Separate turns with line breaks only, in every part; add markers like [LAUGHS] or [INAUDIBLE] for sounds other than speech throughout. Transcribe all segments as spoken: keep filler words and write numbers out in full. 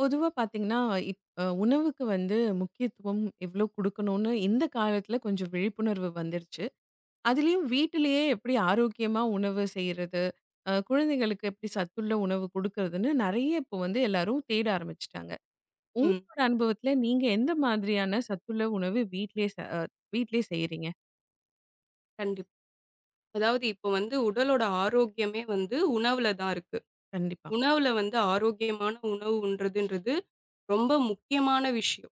பொதுவா பார்த்தீங்கன்னா, இப் அ உணவுக்கு வந்து முக்கியத்துவம் எவ்ளோ குடுக்கணும்னு இந்த காலத்துல கொஞ்சம் விழிப்புணர்வு வந்துருச்சு. அதுலயும் வீட்டிலேயே எப்படி ஆரோக்கியமா உணவு செய்றது, அ குழந்தைகளுக்கு எப்படி சத்துள்ள உணவு குடுக்குறதுன்னு நெறைய இப்போ வந்து எல்லாரும் தேட ஆரம்பிச்சுட்டாங்க.
ம்.
உங்களோட அனுபவத்துல நீங்க எந்த மாதிரியான சத்துள்ள உணவு வீட்லயே ச அ வீட்லயே செய்றீங்க?
கண்டிப்பா. அதாவது இப்ப வந்து உடலோட ஆரோக்கியமே வந்து உணவுல தான் இருக்கு.
கண்டிப்பா.
உணவுல வந்து ஆரோக்கியமான உணவு உண்றதுன்றது ரொம்ப முக்கியமான விஷயம்.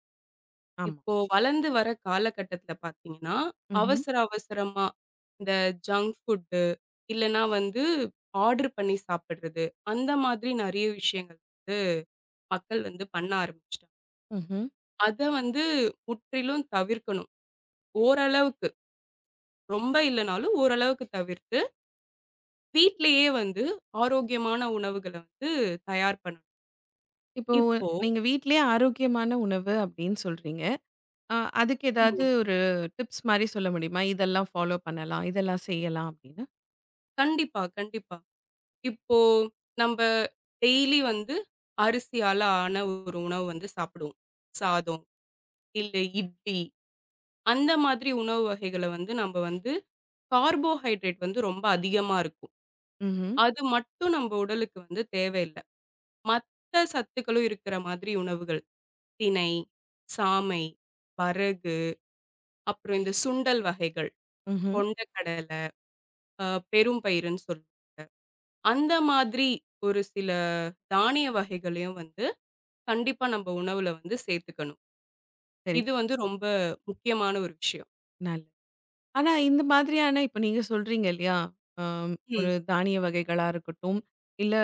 ஆமா.
இப்போ வளர்ந்து வர காலகட்டத்தில பார்த்தீங்கன்னா,
ம்ஹ்ம்.
அவசர அவசரமா இந்த ஜங்க் ஃபுட்டு இல்லன்னா வந்து ஆர்டர் பண்ணி சாப்பிடுறது, அந்த மாதிரி நெறைய விஷயங்கள் மக்கள் வந்து பண்ண ஆரம்பிச்சுட்டாங்க.
ம்ஹ்ம்.
அத வந்து முற்றிலும் தவிர்க்கணும். ஓரளவுக்கு ரொம்ப இல்லனாலும் ஓரளவுக்கு தவிர்த்து வீட்லயே வந்து ஆரோக்கியமான உணவுகள வந்து தயார் பண்ணணும்.
இப்போ
இப்போ
நீங்க வீட்லயே ஆரோக்கியமான உணவு அப்படின்னு சொல்றீங்க. ஆ அதுக்கு ஏதாவது
ம்.
ஒரு டிப்ஸ் மாரி சொல்ல முடியுமா? இதெல்லாம் ஃபாலோ பண்ணலாம். இதெல்லாம் செய்யலாம் அப்படின்னு.
கண்டிப்பா, கண்டிப்பா. இப்போ நம்ப டெய்லி வந்து அரிசியால ஆன ஒரு உணவு வந்து சாப்பிடுவோம். சாதம், இல்ல இட்லி, அந்த மாதிரி உணவு வகைகள வந்து நம்ப வந்து கார்போஹைட்ரேட் வந்து ரொம்ப அதிகமா இருக்கும்.
ம்ஹ்ம்.
அது மட்டும் நம்ப உடலுக்கு வந்து தேவையில்ல. மத்த சத்துக்களும் இருக்கிற மாதிரி உணவுகள். திணை, சாமை, வரகு, அப்புறம் இந்த சுண்டல் வகைகள்,
ம்ஹ்ம்.
கொண்ட கடல அ பெரும் பயிருன்னு சொல் அந்த மாதிரி ஒரு சில தானிய வகைகளையும் வந்து கண்டிப்பா நம்ம உணவுல வந்து சேர்த்துக்கணும்.
சரி.
இது வந்து ரொம்ப முக்கியமான ஒரு விஷயம்.
நல்லது. ஆனா இந்த மாதிரியான இப்ப நீங்க சொல்றீங்க இல்லையா? அம்
ம்.
ஒரு தானிய வகைகளா இருக்கட்டும், இல்ல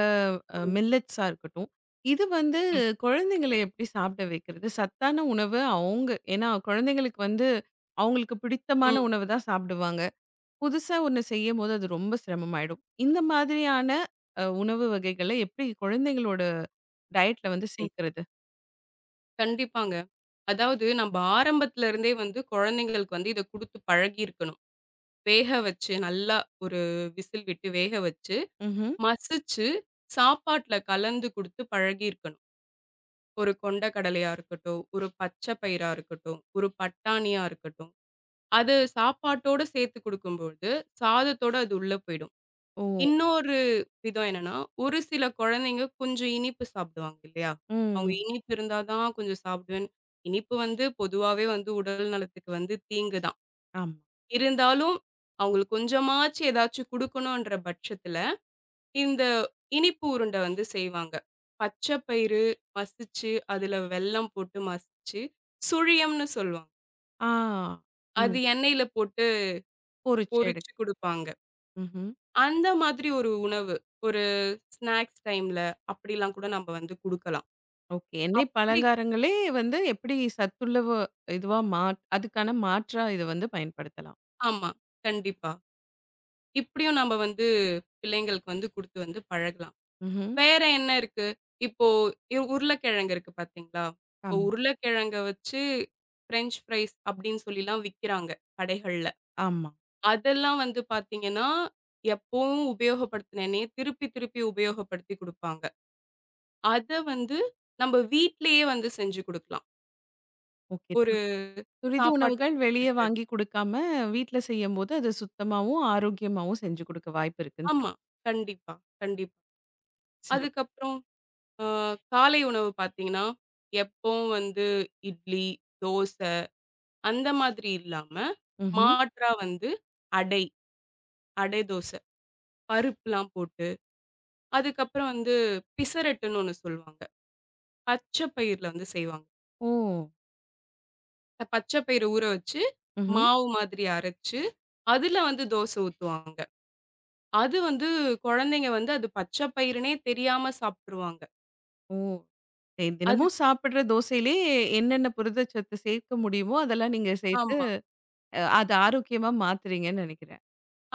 அ
ம்.
மில்லட்ஸா இருக்கட்டும். இது வந்து
ம்.
குழந்தைங்கள எப்படி சாப்பிட வைக்கிறது? சத்தான உணவு அவங்க ஏன்னா குழந்தைங்களுக்கு வந்து அவங்களுக்கு பிடித்தமான
ம்.
உணவு தான் சாப்பிடுவாங்க. புதுசா ஒண்ணு செய்யும்போது அது ரொம்ப சிரமமாயிடும். இந்த மாதிரியான அ உணவு வகைகள எப்படி குழந்தைங்களோட டயட்ல வந்து
ம்.
சேர்க்கிறது.
கண்டிப்பாங்க. அதாவது நம்ம ஆரம்பத்துல இருந்தே வந்து குழந்தைங்களுக்கு வந்து இத குடுத்து பழகி இருக்கணும். வேக வச்சு நல்லா ஒரு விசில் விட்டு வேக வச்சு,
ம்ஹ்ம்.
மசிச்சு சாப்பாட்டுல கலந்து குடுத்து பழகி இருக்கணும். ஒரு கொண்ட கடலையா இருக்கட்டும், ஒரு பச்சை பயிரா இருக்கட்டும், ஒரு பட்டாணியா இருக்கட்டும். அது சாப்பாட்டோட சேர்த்து குடுக்கும்பொழுது, சாதத்தோட அது உள்ள போயிடும்.
ஓ!
இன்னொரு விதம் என்னன்னா, ஒரு சில குழந்தைங்க கொஞ்சம் இனிப்பு சாப்பிடுவாங்க இல்லையா? அவங்க
ம்.
இனிப்பு இருந்தா தான் கொஞ்சம் சாப்பிடுவேன். இனிப்பு வந்து பொதுவாவே வந்து உடல் நலத்துக்கு வந்து தீங்கு தான்.
ஆமா.
இருந்தாலும் அவங்களுக்கு கொஞ்சமாச்சு ஏதாச்சும் குடுக்கணுன்ற பட்சத்துல, இந்த இனிப்பு உருண்ட வந்து செய்வாங்க. பச்சை பயிறு மசிச்சு, அதுல வெல்லம் போட்டு மசிச்சு, சுழியம்ன்னு சொல்லுவாங்க.
ஆ. ம்.
அது எண்ணெயில போட்டு
பொரிச்சு எடுக்
பொரிச்சு குடுப்பாங்க.
ம்ஹ்ம்.
அந்த மாதிரி ஒரு உணவு. ஒரு ஸ்நாக்ஸ் டைம்ல அப்படிலாம் கூட நம்ம வந்து குடுக்கலாம்.
ஓகே. எண்ணெய்
அப்படி
பலகாரங்களே வந்து எப்படி சத்துள்ளவு இதுவா மா அதுக்கான மாற்றா இத வந்து பயன்படுத்தலாம்.
ஆமா. கண்டிப்பா. இப்படியும் நம்ம வந்து பிள்ளைங்களுக்கு வந்து குடுத்து வந்து பழகலாம்.
ம்ஹ்ம்.
வேற என்ன இருக்கு? இப்போ இ உருளைக்கிழங்கு இருக்கு பார்த்தீங்களா? இப்போ
ஆமா,
உருளைக்கிழங்க வச்சு பிரெஞ்ச் ஃப்ரைஸ் அப்படின்னு சொல்லிலாம் விக்கிறாங்க கடைகள்ல.
ஆமா.
அதெல்லாம் வந்து பார்த்தீங்கன்னா, எப்பவும் உபயோகப்படுத்தின எண்ணெய திருப்பி திருப்பி உபயோகப்படுத்தி குடுப்பாங்க. அத வந்து நம்ம வீட்லயே வந்து செஞ்சு குடுக்கலாம்.
ஓகே.
ஒரு
துர் துரித
சாப்பாட்டுக்கு
உணவுகள் வெளிய
தொட்டுக்க.
வாங்கி குடுக்காம, வீட்ல செய்யும்போது அது சுத்தமாவும், ஆரோக்கியமாவும் செஞ்சு குடுக்க வாய்ப்பு இருக்குன்னு சொல்
ஆமா. கண்டிப்பா, கண்டிப்பா.
சிறப்
அதுக்கப்புறம் அ காலை உணவு பார்த்தீங்கன்னா, எப்பவும் வந்து இட்லி, தோசை அந்த மாதிரி இல்லாம,
ம்ஹ்ம்.
மாற்றா வந்து அடை, அடை தோசை. பருப்புலாம் போட்டு, அதுக்கப்புறம் வந்து பிசரட்டுன்னு ஒண்ணு சொல்லுவாங்க. பச்ச பயிர்ல வந்து செய்வாங்க.
ஓ!
இந்த பச்ச பயிர ஊற வச்சு,
ம்ஹ்ம்.
மாவு மாதிரி அரைச்சு, அதுல வந்து தோசை ஊத்துவாங்க. அது வந்து குழந்தைங்க வந்து அது பச்ச பயிறுன்னே தெரியாம சாப்ட்டுருவாங்க.
ஓ! தெ
அது
தினமும் சாப்பிடுற தோசையிலே என்னென்ன புரதச்சத்து சேர்க்க முடியுமோ, அதெல்லாம் நீங்க சேர்த்து
ஆமா.
அ அது ஆரோக்கியமா மாத்துறீங்கன்னு நெனைக்கிறேன்.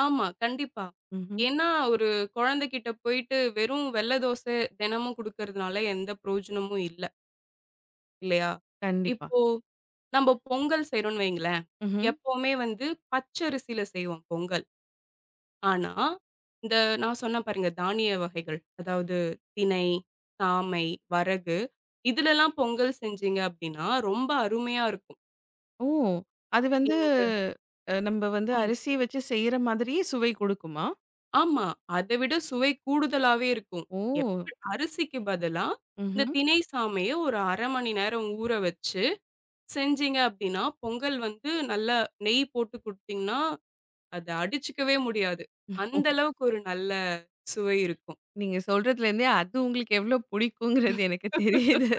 ஆமா, கண்டிப்பா.
ம்ஹ்ம்.
ஏன்னா, ஒரு குழந்தைகிட்ட போயிட்டு வெறும் வெள்ள தோசை தினமும் குடுக்கறதுனால எந்த பிரயோஜனமும் இல்ல, இல்லையா?
கண்டிப்பா.
இப்போ நம்ப பொங்கல் செய்றோம்ன்னு வைங்களேன்,
ம்ஹ்ம்.
எப்பவுமே வந்து பச்சரிசியில செய்வோம் பொங்கல். ஆனா, இந்த நான் சொன்னேன் பாருங்க தானிய வகைகள். அதாவது திணை, சாமை, வரகு இதுலலாம் பொங்கல் செஞ்சீங்க அப்டின்னா, ரொம்ப அருமையா இருக்கும்.
ஓ! அது வந்து
இந்த
அ நம்ப வந்து அரிசி வச்சு செய்ற மாதிரியே சுவை குடுக்குமா?
ஆமா. அத விட சுவை கூடுதலாவே இருக்கும்.
ஓ!
எப்ப அரிசிக்கு பதிலா இந்த
ம்ஹ்ம்.
திணை சாமைய ஒரு அரை மணி நேரம் ஊற வச்சு செஞ்சீங்க அப்டின்னா, பொங்கல் வந்து நல்லா நெய் போட்டு குடுத்தீங்கன்னா, அத அடிச்சுக்கவே முடியாது. அந்த அளவுக்கு ஒரு நல்ல சுவை இருக்கும்.
நீங்க சொல்றதுலேருந்தே அது உங்களுக்கு எவ்ளோ புடிக்குங்கிறது எனக்கு தெரியுது.
[LAUGHS]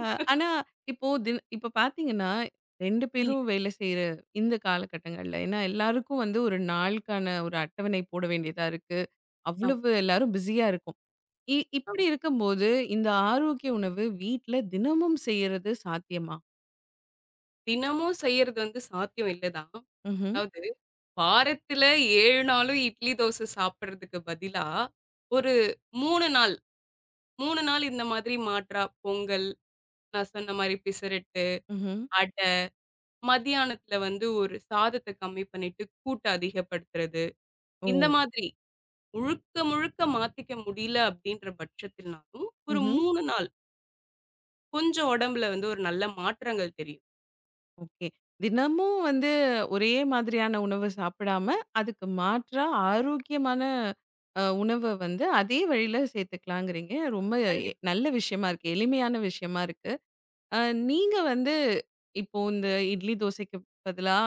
அ ஆனா இப்போ தின் இப்ப பார்த்தீங்கன்னா, ரெண்டு
ம்.
பேரும் வேலை செய்ற இந்த காலகட்டங்கள்ல, ஏன்னா எல்லாருக்கும் வந்து ஒரு நாளுக்கான ஒரு அட்டவணை போட வேண்டியதா இருக்கு.
ஆமா,
அவ்வளவு எல்லாரும் பிஸியா இருக்கோம். இ இப்படி
ஆமா.
இருக்கும்போது, இந்த ஆரோக்கிய உணவு வீட்ல தினமும் செய்யறது சாத்தியமா?
தினமும் செய்யறது வந்து சாத்தியம் இல்ல தான்.
ம்ஹ்ம்,
அதாவது வாரத்துல ஏழு நாளும் இட்லி, தோசை சாப்பிடுறதுக்கு பதிலா, ஒரு மூன்று நாள் மூன்று நாள் இந்த மாதிரி மாற்றா பொங்கல், நான் சொன்ன மாரி பிசரட்
ம்ஹ்ம்.
அடை, மதியானத்துல வந்து ஒரு சாதத்த கம்மி பண்ணிட்டு, கூட்ட அதிகப்படுத்துறது.
ஓ!
இந்த மாதிரி முழுக்க, முழுக்க மாத்திக்க முடியல அப்படின்ற பட்சத்தினாலும், ஒரு
ம்ஹ்ம்.
மூன்று நாள் கொஞ்சம் உடம்புல வந்து ஒரு நல்ல மாற்றங்கள் தெரியும்.
ஓகே. தினமும் வந்து ஒரே மாதிரியான உணவு சாப்பிடாம, அதுக்கு மாற்றா ஆரோக்கியமான அ உணவ வந்து அதே வழியில சேர்த்துக்கலாங்கிறீங்க. ரொம்ப எ
கண்டிப்பா.
நல்ல விஷயமா இருக்கு. எளிமையான விஷயமா இருக்கு. அ நீங்க வந்து இப்போ இந்த இட்லி, தோசைக்கு பதிலா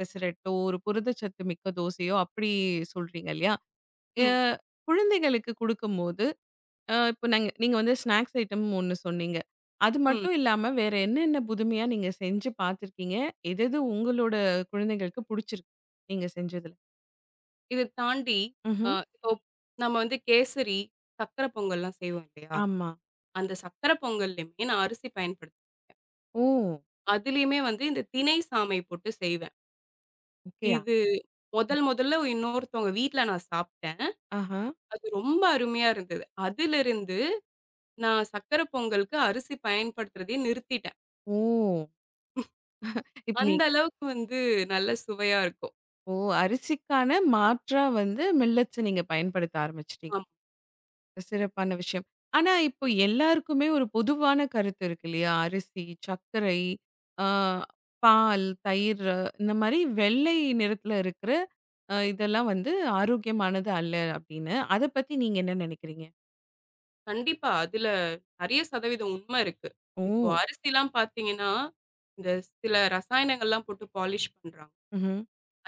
பெசரட்டோ, ஒரு புரதச்சத்து மிக்க தோசையோ அப்படி சொல்றீங்க இல்லையா? அ
ம்,
குழந்தைகளுக்கு குடுக்கும்போது, அ இப்ப நாங்க நீங்க வந்து ஸ்நாக்ஸ் ஐட்டம் ஒண்ணு சொன்னீங்க. அது
ம்.
மட்டும் இல்லாம வேற என்னென்ன புதுமையா நீங்க செஞ்சு பார்த்துருக்கீங்க? எது எது உங்களோட குழந்தைகளுக்கு புடிச்சிருக்கு? நீங்க செஞ்சதுல?
இத தாண்டி அ
ம்ஹ்ம்.
இப்போ நம்ம வந்து கேசரி, சர்க்கரை பொங்கல்லாம் செய்வோம் இல்லையா?
ஆமா.
அந்த சர்க்கரை பொங்கல்லையுமே நான் அரிசி பயன்படுத்துவேன்.
ஓ!
அதுலயுமே வந்து இந்த திணை சாமை போட்டு செய்வேன்.
ஓகே.
இது முதல் முதல்ல இன்னொருத்தவங்க வீட்ல நான் சாப்பிட்டேன்.
ஆஹா.
அது ரொம்ப அருமையா இருந்தது. அதிலிருந்து நான் சர்க்கரை பொங்கலுக்கு அரிசி பயன்படுத்துறதயே நிறுத்திட்டேன்.
ஓ! இப்ப நீ
அந்த அளவுக்கு வந்து நல்ல சுவையா இருக்கும்.
ஓ! அரிசிக்கான மாற்றா வந்து மில்லட்ஸ நீங்க பயன்படுத்த ஆரம்பிச்சுட்டீங்க.
ஆமா.
சிறப்பான விஷயம். ஆனா, இப்போ எல்லாருக்குமே ஒரு பொதுவான கருத்து இருக்கு இல்லையா? அரிசி, சர்க்கரை, ஆ பால், தயிர் இந்த மாரி வெள்ளை நிறத்துல இருக்கிற அ இதெல்லாம் வந்து ஆரோக்கியமானது அல்ல அப்படின்னு. அத பத்தி நீங்க என்ன நினைக்கிறீங்க?
கண்டிப்பா. அதுல நெறைய சதவீதம் உண்மை இருக்கு.
ஓ!
இப்போ அரிசிலாம் பார்த்தீங்கன்னா, இந்த சில ரசாயனங்கள்லாம் போட்டு பாலிஷ் பண்றாங்க.
ம்ஹ்ம்.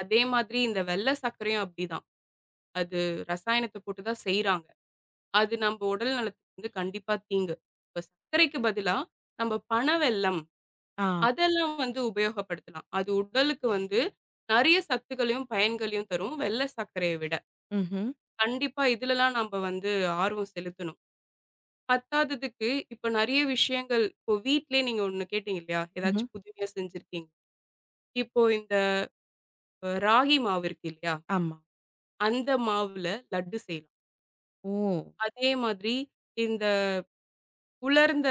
அதே மாதிரி இந்த வெள்ள சர்க்கரையும் அப்படிதான். அது ரசாயனத்த போட்டு தான் செய்றாங்க. அது நம்ம உடல் நலத்துக்கு வந்து கண்டிப்பா தீங்கு. இப்ப சர்க்கரைக்கு பதிலா நம்ம பனவெல்லம்
ஆ.
அதெல்லாம் வந்து உபயோகப்படுத்தலாம். அது உடலுக்கு வந்து நெறைய சத்துக்களையும், பயன்களையும் தரும். வெள்ள சர்க்கரைய விட.
ம்ஹ்ம்.
கண்டிப்பா இதுலலாம் நம்ப வந்து ஆர்வம் செலுத்தணும். பத்தாவதுக்கு இப்ப நெறைய விஷயங்கள் இப்போ வீட்லயே நீங்க ஒண்ணு கேட்டீங்க இல்லையா?
ம்ஹ்ம்.
ஏதாச்சும் புதுமையா செஞ்சிருக்கீங்க. இப்போ இந்த அஹ், ராகி மாவு இருக்கு இல்லையா?
ஆமா.
அந்த மாவுல லட்டு செய்யலாம்.
ஓ!
அதே மாதிரி இந்த உலர்ந்த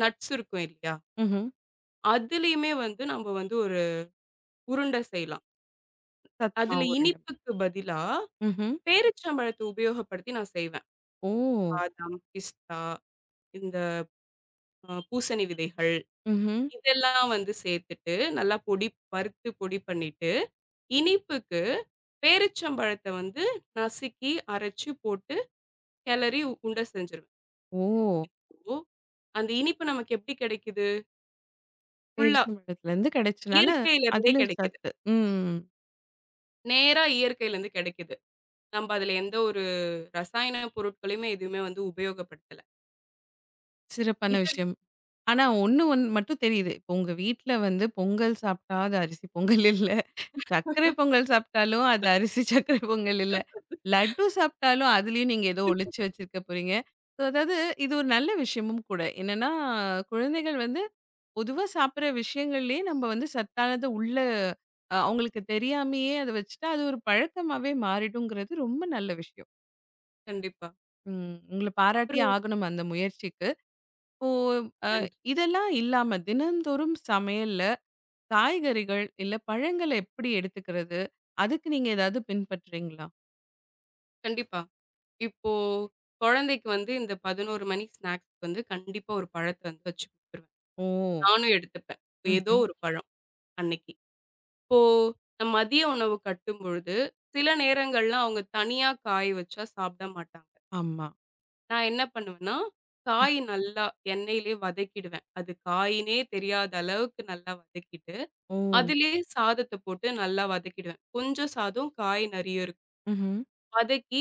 நட்ஸ் இருக்கும் இல்லையா?
ம்ஹ்ம்.
அதுலயுமே வந்து நம்ப வந்து ஒரு உருண்ட செய்யலாம். அதுல
சத்மாவு உருண்ட.
இனிப்புக்கு பதிலா
ம்ஹ்ம்.
பேரீச்சம்பழத்த உபயோகப்படுத்தி நான் செய்வேன்.
ஓ!
பாதாம், பிஸ்தா, இந்த அ பூசணி விதைகள்
ம்ஹ்ம்.
இதெல்லாம் வந்து சேர்த்துட்டு, நல்லா பொடி வறுத்து பொடி பண்ணிட்டு, இனிப்புக்கு பேரீச்சம்பழத்த வந்து நசுக்கி, அரைச்சு போட்டு கிளறி உருண்ட செஞ்சுருவேன்.
ஓ!
ஓ! அந்த இனிப்பு நமக்கு எப்படி கிடைக்குது? ஃபுல்லா
பேரிச்சம்பழத்துலருந்து கிடைச்சனால,
இயற்கையிலருந்தே
அதுல
கிடைக்குது.
சத்து. ம்.
நேரா இயற்கையிலருந்து கிடைக்குது. நம்ப அதுல எந்த ஒரு ரசாயன பொருட்களையுமே எதுவுமே வந்து உபயோகப்படுத்தல.
சிறப்பான
இது
விஷயம். ஆனா, ஒண்ணு ஒன் மட்டும் தெரியுது. இப்போ உங்க வீட்ல வந்து பொங்கல் சாப்பிட்டா அது அரிசி பொங்கல் இல்ல. சர்க்கரை
[LAUGHS]
பொங்கல் சாப்பிட்டாலும் அது அரிசி [LAUGHS] சர்க்கரை பொங்கல் இல்ல. லட்டு சாப்பிட்டாலும் அதுலயும் நீங்க ஏதோ ஒளிச்சு வச்சிருக்க போறீங்க. ஸோ அதாவது இது ஒரு நல்ல விஷயமும் கூட. என்னன்னா, குழந்தைகள் வந்து பொதுவா சாப்பிடுற விஷயங்கள்லயே நம்ம வந்து சத்தானத உள்ள அ அவங்களுக்கு தெரியாமயே அத வச்சுட்டா, அது ஒரு பழக்கமாவே மாறிடுங்கிறது ரொம்ப நல்ல விஷயம்.
கண்டிப்பா.
ம். உங்கள பாராட்டியே
அப்புறம்
ஆகணும் அந்த முயற்சிக்கு. இப்போ
நன்றி.
இதெல்லாம் இல்லாம தினந்தோறும் சமையல்ல காய்கறிகள் இல்ல பழங்களை எப்படி எடுத்துக்கிறது? அதுக்கு நீங்க ஏதாவது பின்பற்றீங்களா?
கண்டிப்பா. இப்போ குழந்தைக்கு வந்து இந்த பதினொரு மணி ஸ்நாக்ஸ்க்கு வந்து கண்டிப்பா ஒரு பழத்த வந்து வச்சு குடுத்துருவேன்.
ஓ!
நானும் எடுத்துப்பேன். ஏதோ
ம்ஹ்ம்.
ஒரு பழம் அன்னைக்கு. இப்போ நம்ம மதிய உணவு கட்டும் பொழுது, சில நேரங்கள்ல அவங்க தனியா காய் வச்சா சாப்பிட மாட்டாங்க.
ஆமா.
நான் என்ன பண்ணுவேன்னா,
ம்.
காய் நல்லா எண்ணெயிலே வதக்கிடுவேன். அது காயின்னே தெரியாத அளவுக்கு நல்லா வதக்கிட்டு,
ஓ!
அதிலேயே சாதத்த போட்டு நல்லா வதக்கிடுவேன். கொஞ்சம் சாதம், காய் நெறைய இருக்கும்.
ம்ஹ்ம்.
வதக்கி,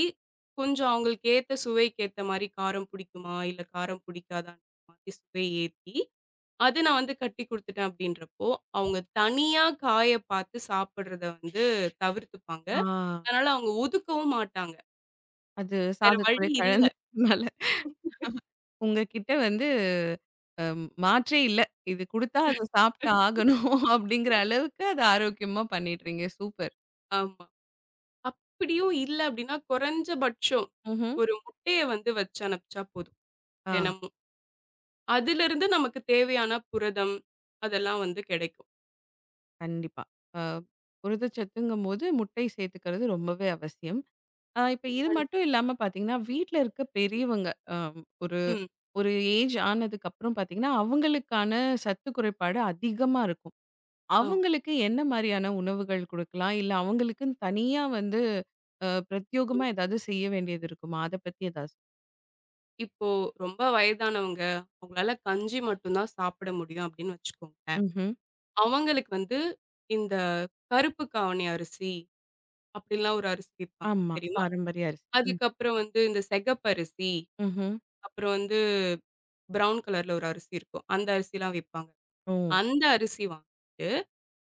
கொஞ்சம் அவங்களுக்கு ஏத்த சுவைக்கு ஏத்த மாரி காரம் புடிக்குமா? இல்ல காரம் புடிக்காதான்ற மாதிரி சுவை ஏத்தி, அது நான் வந்து கட்டி குடுத்துட்டேன் அப்படின்றப்போ, அவங்க தனியா காய பார்த்து சாப்பிடுறத வந்து தவிர்த்துப்பாங்க.
ஆ.
அதனால அவங்க ஒதுக்கவும் மாட்டாங்க.
அது
வேற வழி
சாதத்தோட
இல்ல.
கலந்ததுனால உங்ககிட்ட வந்து அம் மாற்றே இல்ல. இது குடுத்தா அத சாப்பிட்டு ஆகணும் [LAUGHS] அப்படிங்கிற அளவுக்கு அது ஆரோக்கியமா பண்ணிடுறீங்க. சூப்பர்.
ஆமா. அப்படியும் இல்ல அப்படின்னா, குறைஞ்சபட்சம்
ம்ஹ்ம்.
ஒரு முட்டைய வந்து வச்சு அனுப்பிச்சா போதும்,
ஆ
தினமும். அதிலிருந்து நமக்கு தேவையான புரதம், அதெல்லாம் வந்து கிடைக்கும்.
கண்டிப்பா. அ புரதச்சத்துங்கும்போது முட்டை சேர்த்துக்கிறது ரொம்பவே அவசியம். ஆ இப்ப இது
அன்
மட்டும் இல்லாம பார்த்தீங்கன்னா, வீட்ல இருக்க பெரியவங்க, அ ஒரு
ம்.
ஒரு ஏஜ் ஆனதுக்கு அப்புறம் பார்த்தீங்கன்னா, அவங்களுக்கான சத்து குறைபாடு அதிகமா இருக்கும்.
ஆமா.
அவங்களுக்கு என்ன மாரியான உணவுகள் குடுக்கலாம்? இல்ல அவங்களுக்குன்னு தனியா வந்து அ பிரத்யோகமா ஏதாவது செய்ய வேண்டியது இருக்குமா? அத பத்தி ஏதாவது
இப்போ ரொம்ப வயதானவங்க, அவங்களால கஞ்சி மட்டும் தான் சாப்பிட முடியும் அப்படின்னு வச்சுக்கோங்களேன்.
ம்ஹ்ம்.
அவங்களுக்கு வந்து இந்த கருப்பு காவணி அரிசி, அப்படிலாம் ஒரு அரிசி விப்பாங்க
ஆமா.
தெரியுமா?
பாரம்பரிய அரிசி. ம்.
அதுக்கப்புறம் வந்து இந்த சிகப்பரிசி,
ம்ஹ்ம்.
அப்புறம் வந்து ப்ரவுன் கலர்ல ஒரு அரிசி இருக்கும். அந்த அரிசிலாம் விப்பாங்க.
ஓ!
அந்த அரிசி வாங்கிட்டு,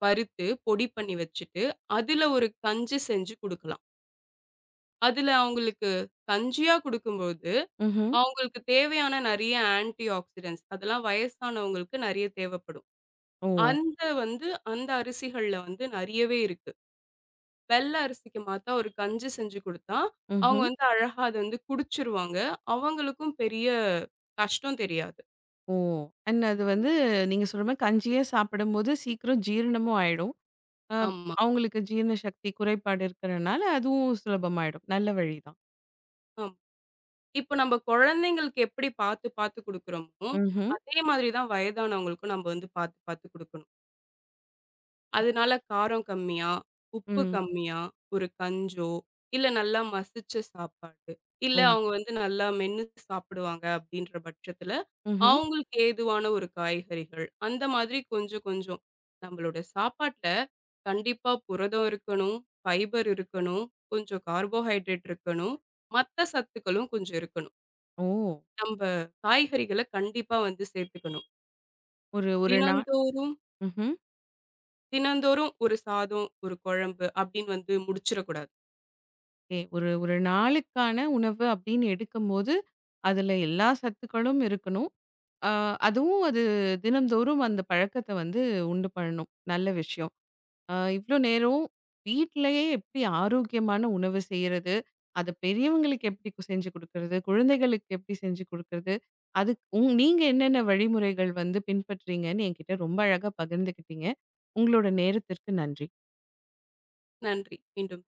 வறுத்து பொடி பண்ணி வச்சுட்டு, அதுல ஒரு கஞ்சி செஞ்சு குடுக்கலாம். அதுல அவங்களுக்கு கஞ்சியா குடுக்கும்போது
ம்ஹ்ம்.
அவங்களுக்கு தேவையான நெறைய ஆன்டி ஆக்ஸிடென்ட்ஸ் அதெல்லாம் வயசானவங்களுக்கு நெறைய தேவைப்படும்.
ஓ!
அந்த வந்து அந்த அரிசிகள்ல வந்து நெறையவே இருக்கு. வெள்ள அரிசிக்கு மாத்தா ஒரு கஞ்சி செஞ்சு குடுத்தா, அவங்க
ம்ஹ்ம்.
வந்து அழகா அத வந்து குடிச்சுருவாங்க. அவங்களுக்கும் பெரிய கஷ்டம் தெரியாது.
ஓ! அண்ட் அது வந்து நீங்க சொல்ற மாரி கஞ்சியே சாப்பிடும்போது சீக்கிரம் ஜீரணமும் ஆயிடும். அ
ஆமா,
அவங்களுக்கு ஜீரண சக்தி குறைபாடு இருக்கிறனால, அதுவும் சுலபமாயிடும். நல்ல வழிதான்.
ஆமா. இப்ப நம்ம குழந்தைங்களுக்கு எப்படி பாத்து, பாத்து குடுக்குறோமோ,
ம்ஹ்ம்.
அதே மாதிரி தான் வயதானவங்களுக்கும் நம்ம வந்து பாத்து, பாத்து குடுக்கணும். அதனால காரம் கம்மியா, உப்பு
ம்.
கம்மியா, ஒரு கஞ்சோ, இல்ல நல்லா மசிச்ச சாப்பாடு, இல்ல
ஓ!
அவங்க வந்து நல்லா மென்னு சாப்பிடுவாங்க அப்படின்ற பட்சத்துல,
ம்ஹ்ம்.
அவங்களுக்கு ஏதுவான ஒரு காய்கறிகள், அந்த மாதிரி கொஞ்சம் கொஞ்சம். நம்மளோட சாப்பாட்ல கண்டிப்பா புரதம் இருக்கணும், ஃபைபர் இருக்கணும், கொஞ்சம் கார்போஹைட்ரேட் இருக்கணும், மத்த சத்துக்களும் கொஞ்சம் இருக்கணும்.
ஓ!
நம்ப காய்கறிகள கண்டிப்பா வந்து சேர்த்துக்கணும்.
ஒரு ஒரு நாள்
தினந்தோறும்
ம்ஹ்ம்.
தினந்தோறும் ஒரு சாதம், ஒரு குழம்பு அப்படின்னு வந்து முடிச்சிடக்கூடாது.
ஓகே. ஒரு ஒரு நாளுக்கான உணவு அப்படின்னு எடுக்கும்போது, அதுல எல்லா சத்துக்களும் இருக்கணும். அ அதுவும் அது தினம்தோறும் அந்த பழக்கத்த வந்து உண்டு பண்ணணும். நல்ல விஷயம். ஆ இவ்ளோ நேரம் வீட்லயே எப்படி ஆரோக்கியமான உணவு செய்றது? அத பெரியவங்களுக்கு எப்படி கு- செஞ்சு குடுக்குறது? குழந்தைகளுக்கு எப்படி செஞ்சு குடுக்குறது? அதுக்கு உங் நீங்க என்னென்ன வழிமுறைகள் வந்து பின்பற்றீங்கன்னு என்கிட்ட ரொம்ப அழகா பகிர்ந்துக்கிட்டீங்க. உங்களோட நேரத்திற்கு நன்றி.
நன்றி. மீண்டும்